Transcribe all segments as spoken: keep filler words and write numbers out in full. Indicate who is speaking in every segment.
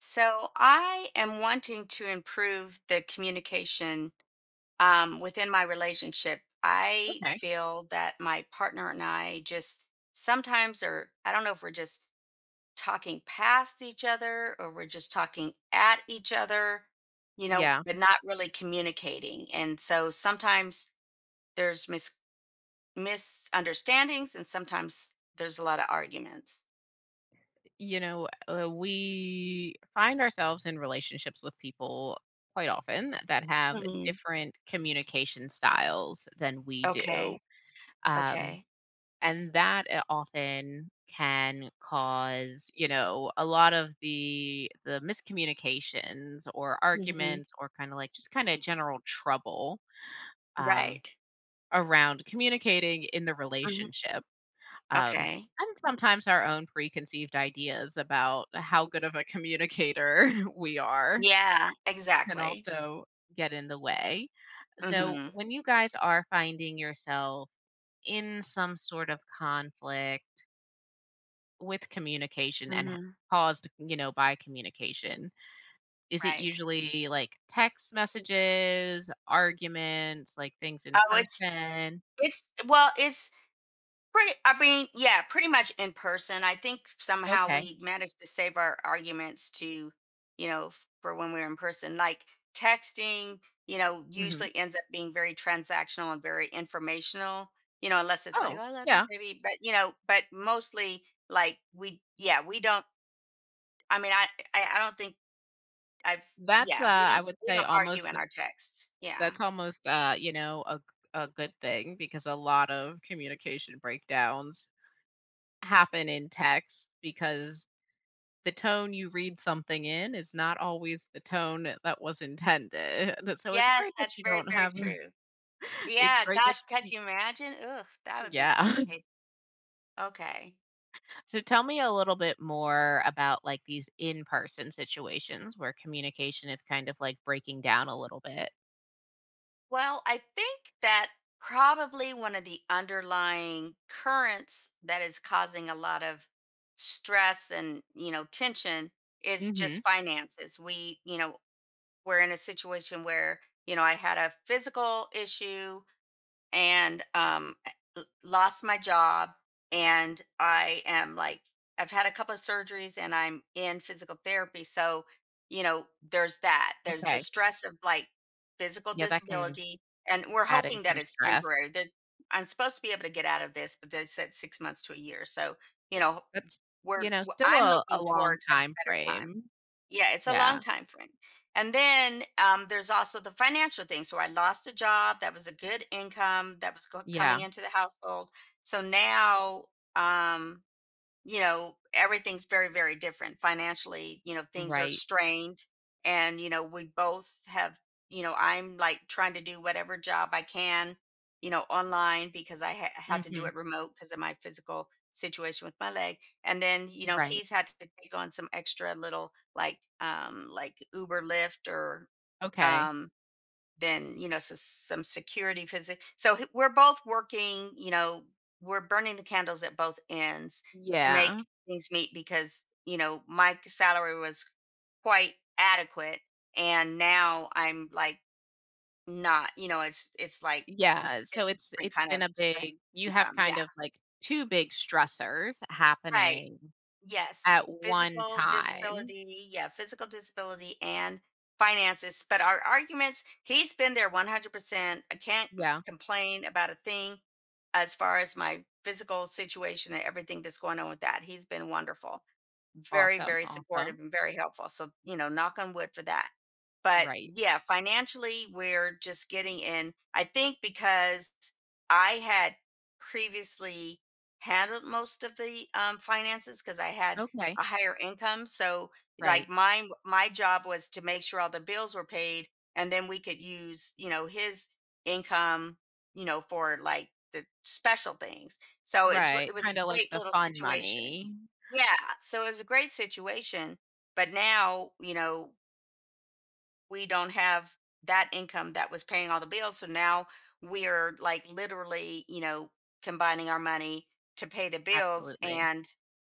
Speaker 1: So I am wanting to improve the communication um, within my relationship. I
Speaker 2: Okay.
Speaker 1: feel that my partner and I just sometimes are, I don't know if we're just talking past each other or we're just talking at each other, you know,
Speaker 2: Yeah.
Speaker 1: but not really communicating. And so sometimes there's mis- misunderstandings and sometimes there's a lot of arguments.
Speaker 2: You know, uh, we find ourselves in relationships with people quite often that have
Speaker 1: Hmm.
Speaker 2: different communication styles than we do.
Speaker 1: Okay.
Speaker 2: Um,
Speaker 1: Okay.
Speaker 2: and that uh, often can cause, you know, a lot of the the miscommunications or
Speaker 1: Hmm.
Speaker 2: arguments or kind of like just kind of general trouble, um,
Speaker 1: Right.
Speaker 2: around communicating in the relationship. Um,
Speaker 1: Okay.
Speaker 2: and sometimes our own preconceived ideas about how good of a communicator we are
Speaker 1: Yeah,
Speaker 2: can
Speaker 1: exactly.
Speaker 2: also get in the way. So,
Speaker 1: Mhm,
Speaker 2: when you guys are finding yourself in some sort of conflict with communication and h-
Speaker 1: mhm,
Speaker 2: caused, you know, by communication, is it
Speaker 1: right.
Speaker 2: usually like text messages, arguments, like things in
Speaker 1: Oh, it's
Speaker 2: person?
Speaker 1: it's well, it's pretty I mean, yeah, pretty much in person. I think somehow
Speaker 2: Okay.
Speaker 1: we managed to save our arguments to, you know, f- for when we're in person. Like texting, you know,
Speaker 2: Hmm.
Speaker 1: usually ends up being very transactional and very informational, you know, unless it's like,
Speaker 2: Oh,
Speaker 1: "Oh, I love you,
Speaker 2: yeah.
Speaker 1: baby." But, you know, but mostly like we yeah, we don't I mean, I I I don't think I've
Speaker 2: That's, uh,
Speaker 1: yeah, we
Speaker 2: I
Speaker 1: don't
Speaker 2: would
Speaker 1: we
Speaker 2: say,
Speaker 1: don't
Speaker 2: almost
Speaker 1: argue in our texts. Yeah.
Speaker 2: That's almost, uh, you know, a a good thing because a lot of communication breakdowns happen in text because the tone you read something in is not always the tone that was intended. So it's
Speaker 1: Yes,
Speaker 2: great that
Speaker 1: that's
Speaker 2: you
Speaker 1: very,
Speaker 2: don't
Speaker 1: very
Speaker 2: have.
Speaker 1: true.
Speaker 2: It's
Speaker 1: Yeah,
Speaker 2: great that
Speaker 1: gosh, could
Speaker 2: you.
Speaker 1: you imagine? Ugh, that would be
Speaker 2: Yeah.
Speaker 1: complicated. Okay.
Speaker 2: So tell me a little bit more about, like, these in-person situations where communication is kind of, like, breaking down a little bit.
Speaker 1: Well, I think that probably one of the underlying currents that is causing a lot of stress and, you know, tension is just
Speaker 2: Mhm.
Speaker 1: finances. We, you know, we're in a situation where, you know, I had a physical issue and um lost my job and I am like I've had a couple of surgeries and I'm in physical therapy, so you know there's that, there's the
Speaker 2: Okay.
Speaker 1: stress of like physical
Speaker 2: Yeah, that can
Speaker 1: disability, and we're
Speaker 2: add in
Speaker 1: hoping that
Speaker 2: some
Speaker 1: it's
Speaker 2: stress.
Speaker 1: temporary, that I'm supposed to be able to get out of this, but they said six months to a year. So you know
Speaker 2: That's, you
Speaker 1: we're
Speaker 2: know,
Speaker 1: w-
Speaker 2: still
Speaker 1: I'm
Speaker 2: a a
Speaker 1: looking
Speaker 2: long
Speaker 1: toward a
Speaker 2: time
Speaker 1: better time.
Speaker 2: frame.
Speaker 1: Yeah, it's a long
Speaker 2: Yeah.
Speaker 1: time frame. And then um, there's also the financial thing. So I lost a job that was a good income that was go- coming
Speaker 2: Yeah.
Speaker 1: into the household. So now um, you know, everything's very, very different financially. You know, things are
Speaker 2: Right.
Speaker 1: strained. And, you know, we both have, you know, I'm like trying to do whatever job I can, you know, online because I ha- had to do
Speaker 2: Mhm.
Speaker 1: it remote because of my physical situation with my leg. And then, you know,
Speaker 2: Right.
Speaker 1: he's had to take on some extra little like, um, like Uber Lyft, or
Speaker 2: Okay.
Speaker 1: um, then you know so some security position, so h- we're both working, you know, we're burning the candles at both ends to
Speaker 2: Yeah.
Speaker 1: make things meet, because you know my salary was quite adequate and now I'm like not, you know, it's it's like it's,
Speaker 2: Yeah.
Speaker 1: it's
Speaker 2: So
Speaker 1: a
Speaker 2: it's
Speaker 1: different
Speaker 2: it's
Speaker 1: kind
Speaker 2: been
Speaker 1: of
Speaker 2: a
Speaker 1: s-
Speaker 2: big you have
Speaker 1: income,
Speaker 2: kind
Speaker 1: yeah.
Speaker 2: of like two big stressors
Speaker 1: Right.
Speaker 2: happening
Speaker 1: Yes.
Speaker 2: at one
Speaker 1: Physical
Speaker 2: time.
Speaker 1: disability, yeah, physical disability and finances. But our arguments, he's been there one hundred percent. I can't
Speaker 2: Yeah.
Speaker 1: complain about a thing as far as my physical situation and everything that's going on with that. He's been wonderful. Very,
Speaker 2: Awesome.
Speaker 1: very
Speaker 2: Awesome.
Speaker 1: supportive and very helpful. So, you know, knock on wood for that. But
Speaker 2: Right.
Speaker 1: yeah, financially, we're just getting in. I think because I had previously handled most of the, um, finances because I had
Speaker 2: Okay.
Speaker 1: a higher income, so,
Speaker 2: Right.
Speaker 1: like, mine my job was to make sure all the bills were paid, and then we could use, you know, his income, you know, for, like, the special things. So it's
Speaker 2: Right.
Speaker 1: it was a
Speaker 2: Kinda like
Speaker 1: great
Speaker 2: the
Speaker 1: little
Speaker 2: fun
Speaker 1: situation.
Speaker 2: money.
Speaker 1: Yeah, so it was a great situation, but now, you know, we don't have that income that was paying all the bills. So now we're like literally, you know, combining our money to pay the bills.
Speaker 2: Absolutely.
Speaker 1: And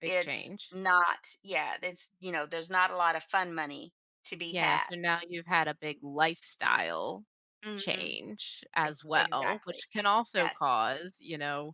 Speaker 2: Big
Speaker 1: it's
Speaker 2: change.
Speaker 1: not, yeah, it's, you know, there's not a lot of fun money to be
Speaker 2: Yeah,
Speaker 1: had.
Speaker 2: so now you've had a big lifestyle
Speaker 1: Hmm.
Speaker 2: change as well,
Speaker 1: Exactly.
Speaker 2: which can also
Speaker 1: Yes.
Speaker 2: cause, you know,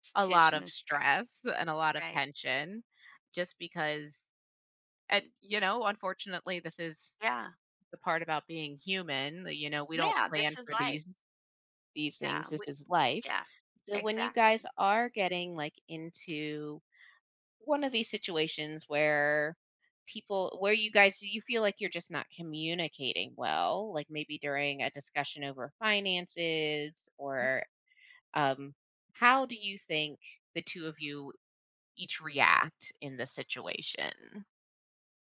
Speaker 1: It's
Speaker 2: a lot
Speaker 1: tension
Speaker 2: of
Speaker 1: and stress.
Speaker 2: stress and a lot of
Speaker 1: Right.
Speaker 2: tension just because. And you know, unfortunately this is
Speaker 1: Yeah.
Speaker 2: the part about being human, that, you know, we don't
Speaker 1: Yeah.
Speaker 2: plan
Speaker 1: This is
Speaker 2: for
Speaker 1: life.
Speaker 2: these these
Speaker 1: Yeah.
Speaker 2: things. This
Speaker 1: We,
Speaker 2: is life.
Speaker 1: yeah.
Speaker 2: So when you guys
Speaker 1: Exactly.
Speaker 2: are getting like into one of these situations where people where you guys you feel like you're just not communicating well, like maybe during a discussion over finances, or, um how do you think the two of you each react in the situation?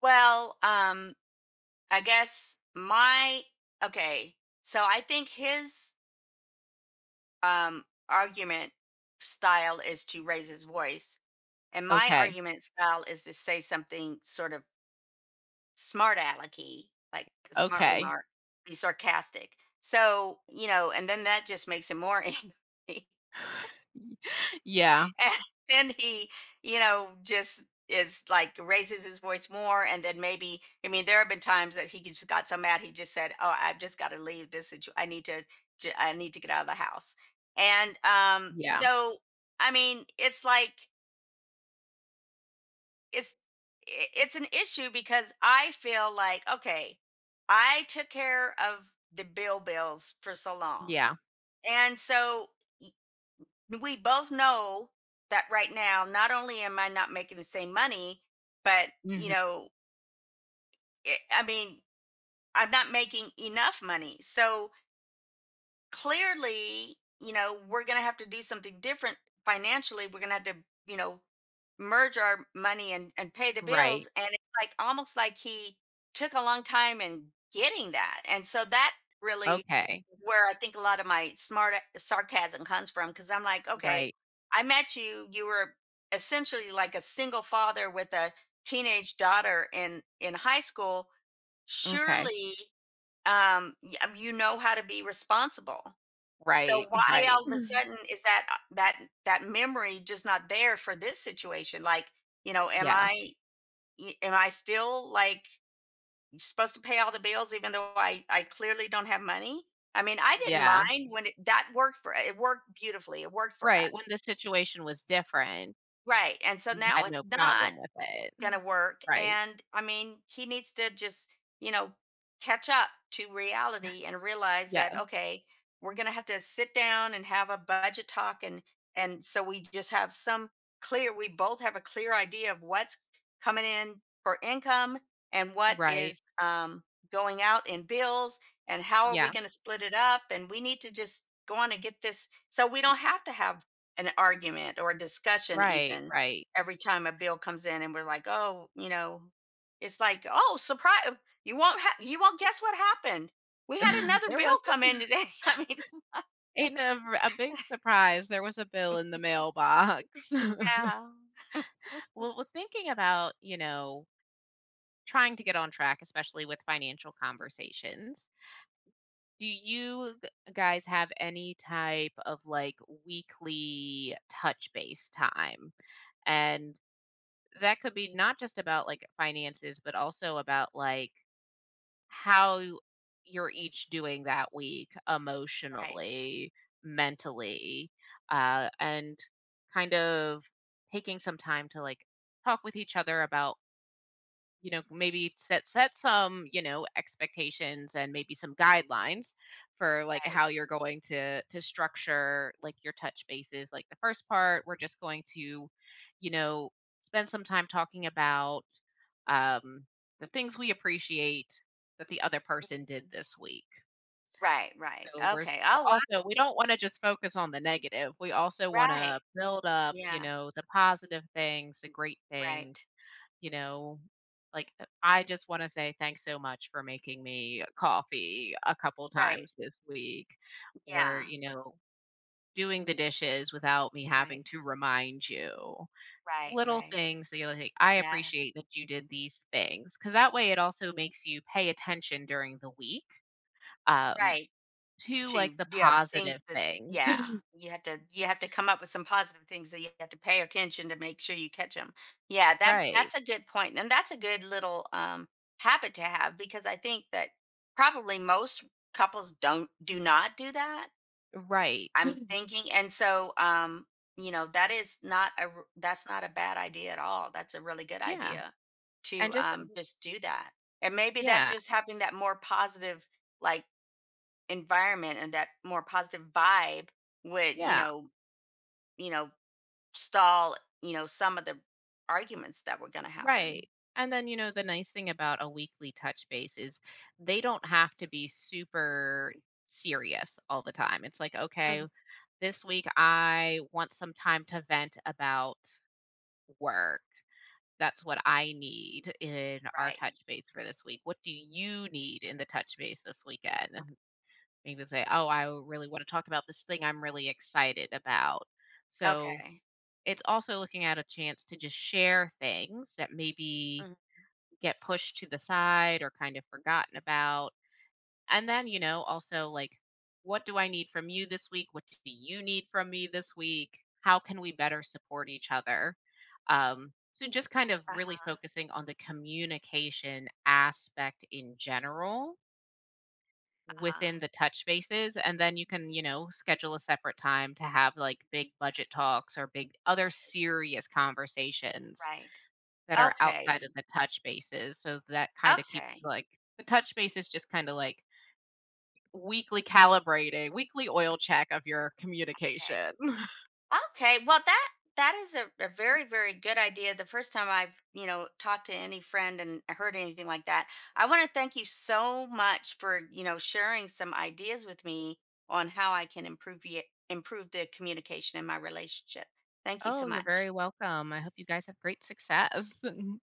Speaker 1: Well, um, I guess my okay. So I think his um, argument style is to raise his voice, and my
Speaker 2: Okay.
Speaker 1: argument style is to say something sort of smart alecky, like a smart
Speaker 2: Okay.
Speaker 1: remark, be sarcastic. So you know, and then that just makes him more angry.
Speaker 2: Yeah.
Speaker 1: and, then he you know just is like raises his voice more. And then maybe I mean there have been times that he just got so mad he just said, oh, I've just got to leave this situ- I need to j- I need to get out of the house. And um
Speaker 2: Yeah.
Speaker 1: so I mean it's like it's i- it's an issue because I feel like, okay, I took care of the bill bills for so long.
Speaker 2: Yeah.
Speaker 1: And so we both know that right now not only am I not making the same money but you
Speaker 2: Hmm.
Speaker 1: know it, I mean I'm not making enough money. So clearly, you know, we're going to have to do something different financially. We're going to have to, you know, merge our money and, and pay the bills.
Speaker 2: Right.
Speaker 1: And it's like almost like he took a long time in getting that. And so that really
Speaker 2: Okay.
Speaker 1: where I think a lot of my smart sarcasm comes from, because I'm like, okay,
Speaker 2: Right.
Speaker 1: I met you. You were essentially like a single father with a teenage daughter in in high school.
Speaker 2: Okay.
Speaker 1: Surely, um, y- um, you know how to be responsible. So
Speaker 2: Right.
Speaker 1: why
Speaker 2: Right.
Speaker 1: all of a sudden is that uh, that that memory just not there for this situation? Like, you know, am
Speaker 2: Yeah.
Speaker 1: I y- am I still like supposed to pay all the bills even though I I clearly don't have money? I mean, I didn't
Speaker 2: Yeah.
Speaker 1: mind when it, that worked for it worked beautifully. It worked for us.
Speaker 2: Right, when the situation was different.
Speaker 1: Right. And so
Speaker 2: You
Speaker 1: now
Speaker 2: had no
Speaker 1: it's not.
Speaker 2: problem with it.
Speaker 1: Going to work.
Speaker 2: Right.
Speaker 1: And I mean, he needs to just, you know, catch up to reality and realize that,
Speaker 2: Yeah,
Speaker 1: okay, we're going to have to sit down and have a budget talk. And, and so we just have some clear, we both have a clear idea of what's coming in for income and what
Speaker 2: right.
Speaker 1: is um, going out in bills, and how are we
Speaker 2: Yeah,
Speaker 1: going to split it up. And we need to just go on and get this so we don't have to have an argument or a discussion
Speaker 2: right,
Speaker 1: even
Speaker 2: right.
Speaker 1: every time a bill comes in, and we're like, oh, you know, it's like, oh, surprise! You won't ha- you won't guess what happened. We had another
Speaker 2: There was
Speaker 1: bill come
Speaker 2: a
Speaker 1: in today. I mean,
Speaker 2: a r a big surprise, there was a bill in the mailbox.
Speaker 1: yeah,
Speaker 2: Well, well, thinking about, you know, trying to get on track, especially with financial conversations, do you g guys have any type of, like, weekly touch base time? And that could be not just about, like, finances, but also about, like, how you're each doing that week
Speaker 1: right,
Speaker 2: emotionally, mentally, uh, and kind of taking some time to like talk with each other about, you know, maybe set set some, you know, expectations and maybe some guidelines for like
Speaker 1: right.
Speaker 2: how you're going to to structure like your touch bases. Like the first part, we're just going to, you know, spend some time talking about um the things we appreciate that the other person
Speaker 1: Mhm.
Speaker 2: did this week.
Speaker 1: Right, right.
Speaker 2: So we're,
Speaker 1: Okay. Oh,
Speaker 2: we're
Speaker 1: wow.
Speaker 2: also we don't want to just focus on the negative. We also want to
Speaker 1: Right.
Speaker 2: build up, you
Speaker 1: Yeah.
Speaker 2: know, the positive things, the great things,
Speaker 1: Right.
Speaker 2: you know, like uh, I just want to say thanks so much for making me coffee a couple
Speaker 1: Right.
Speaker 2: times this week or,
Speaker 1: Yeah.
Speaker 2: you know, doing the dishes without me having
Speaker 1: Right.
Speaker 2: to remind you.
Speaker 1: Right.
Speaker 2: Little
Speaker 1: Right.
Speaker 2: things that you're like, I
Speaker 1: Yeah.
Speaker 2: appreciate that you did these things because that way it also makes you pay attention during the week, um,
Speaker 1: Right.
Speaker 2: to like
Speaker 1: To
Speaker 2: the
Speaker 1: yeah, things
Speaker 2: positive
Speaker 1: that
Speaker 2: things.
Speaker 1: yeah, you have to you have to come up with some positive things that you have to pay attention to make sure you catch them. Yeah, that
Speaker 2: Right.
Speaker 1: that's a good point, and that's a good little um, habit to have, because I think that probably most couples don't do not do that.
Speaker 2: Right.
Speaker 1: I'm thinking, and so um, you know, that is not a r- that's not a bad idea at all. That's a really good
Speaker 2: Yeah.
Speaker 1: idea to
Speaker 2: And just,
Speaker 1: um, just do that, and maybe that
Speaker 2: yeah.
Speaker 1: just having that more positive like environment and that more positive vibe would, you
Speaker 2: Yeah.
Speaker 1: know, you know, stall, you know, some of the arguments that were going to happen.
Speaker 2: Right. And then, you know, the nice thing about a weekly touch base is they don't have to be super serious all the time. It's like, okay,
Speaker 1: Mhm.
Speaker 2: this week I want some time to vent about work. That's what I need in our
Speaker 1: Right.
Speaker 2: touch base for this week. What do you need in the touch base this weekend? And maybe say, oh, I really want to talk about this thing I'm really excited about. So
Speaker 1: Okay.
Speaker 2: it's also looking at a chance to just share things that maybe
Speaker 1: Mhm.
Speaker 2: get pushed to the side or kind of forgotten about. And then, you know, also like, what do I need from you this week? What do you need from me this week? How can we better support each other? Um, so, just kind of really
Speaker 1: Uh-huh.
Speaker 2: focusing on the communication aspect in general within
Speaker 1: Uh-huh.
Speaker 2: the touch bases. And then you can, you know, schedule a separate time to have like big budget talks or big other serious conversations
Speaker 1: Right.
Speaker 2: that are
Speaker 1: Okay.
Speaker 2: outside
Speaker 1: s-
Speaker 2: of the touch bases, so that kinda keeps,
Speaker 1: Okay.
Speaker 2: like, the touch base is just kinda like weekly calibrating weekly oil check of your
Speaker 1: Okay.
Speaker 2: communication.
Speaker 1: Okay, well that that is a, a very very good idea. The first time I've you know talked to any friend and heard anything like that, I want to thank you so much for you know sharing some ideas with me on how I can improve the improve the communication in my relationship. Thank you so
Speaker 2: Oh, you're
Speaker 1: much.
Speaker 2: very welcome. I hope you guys have great success.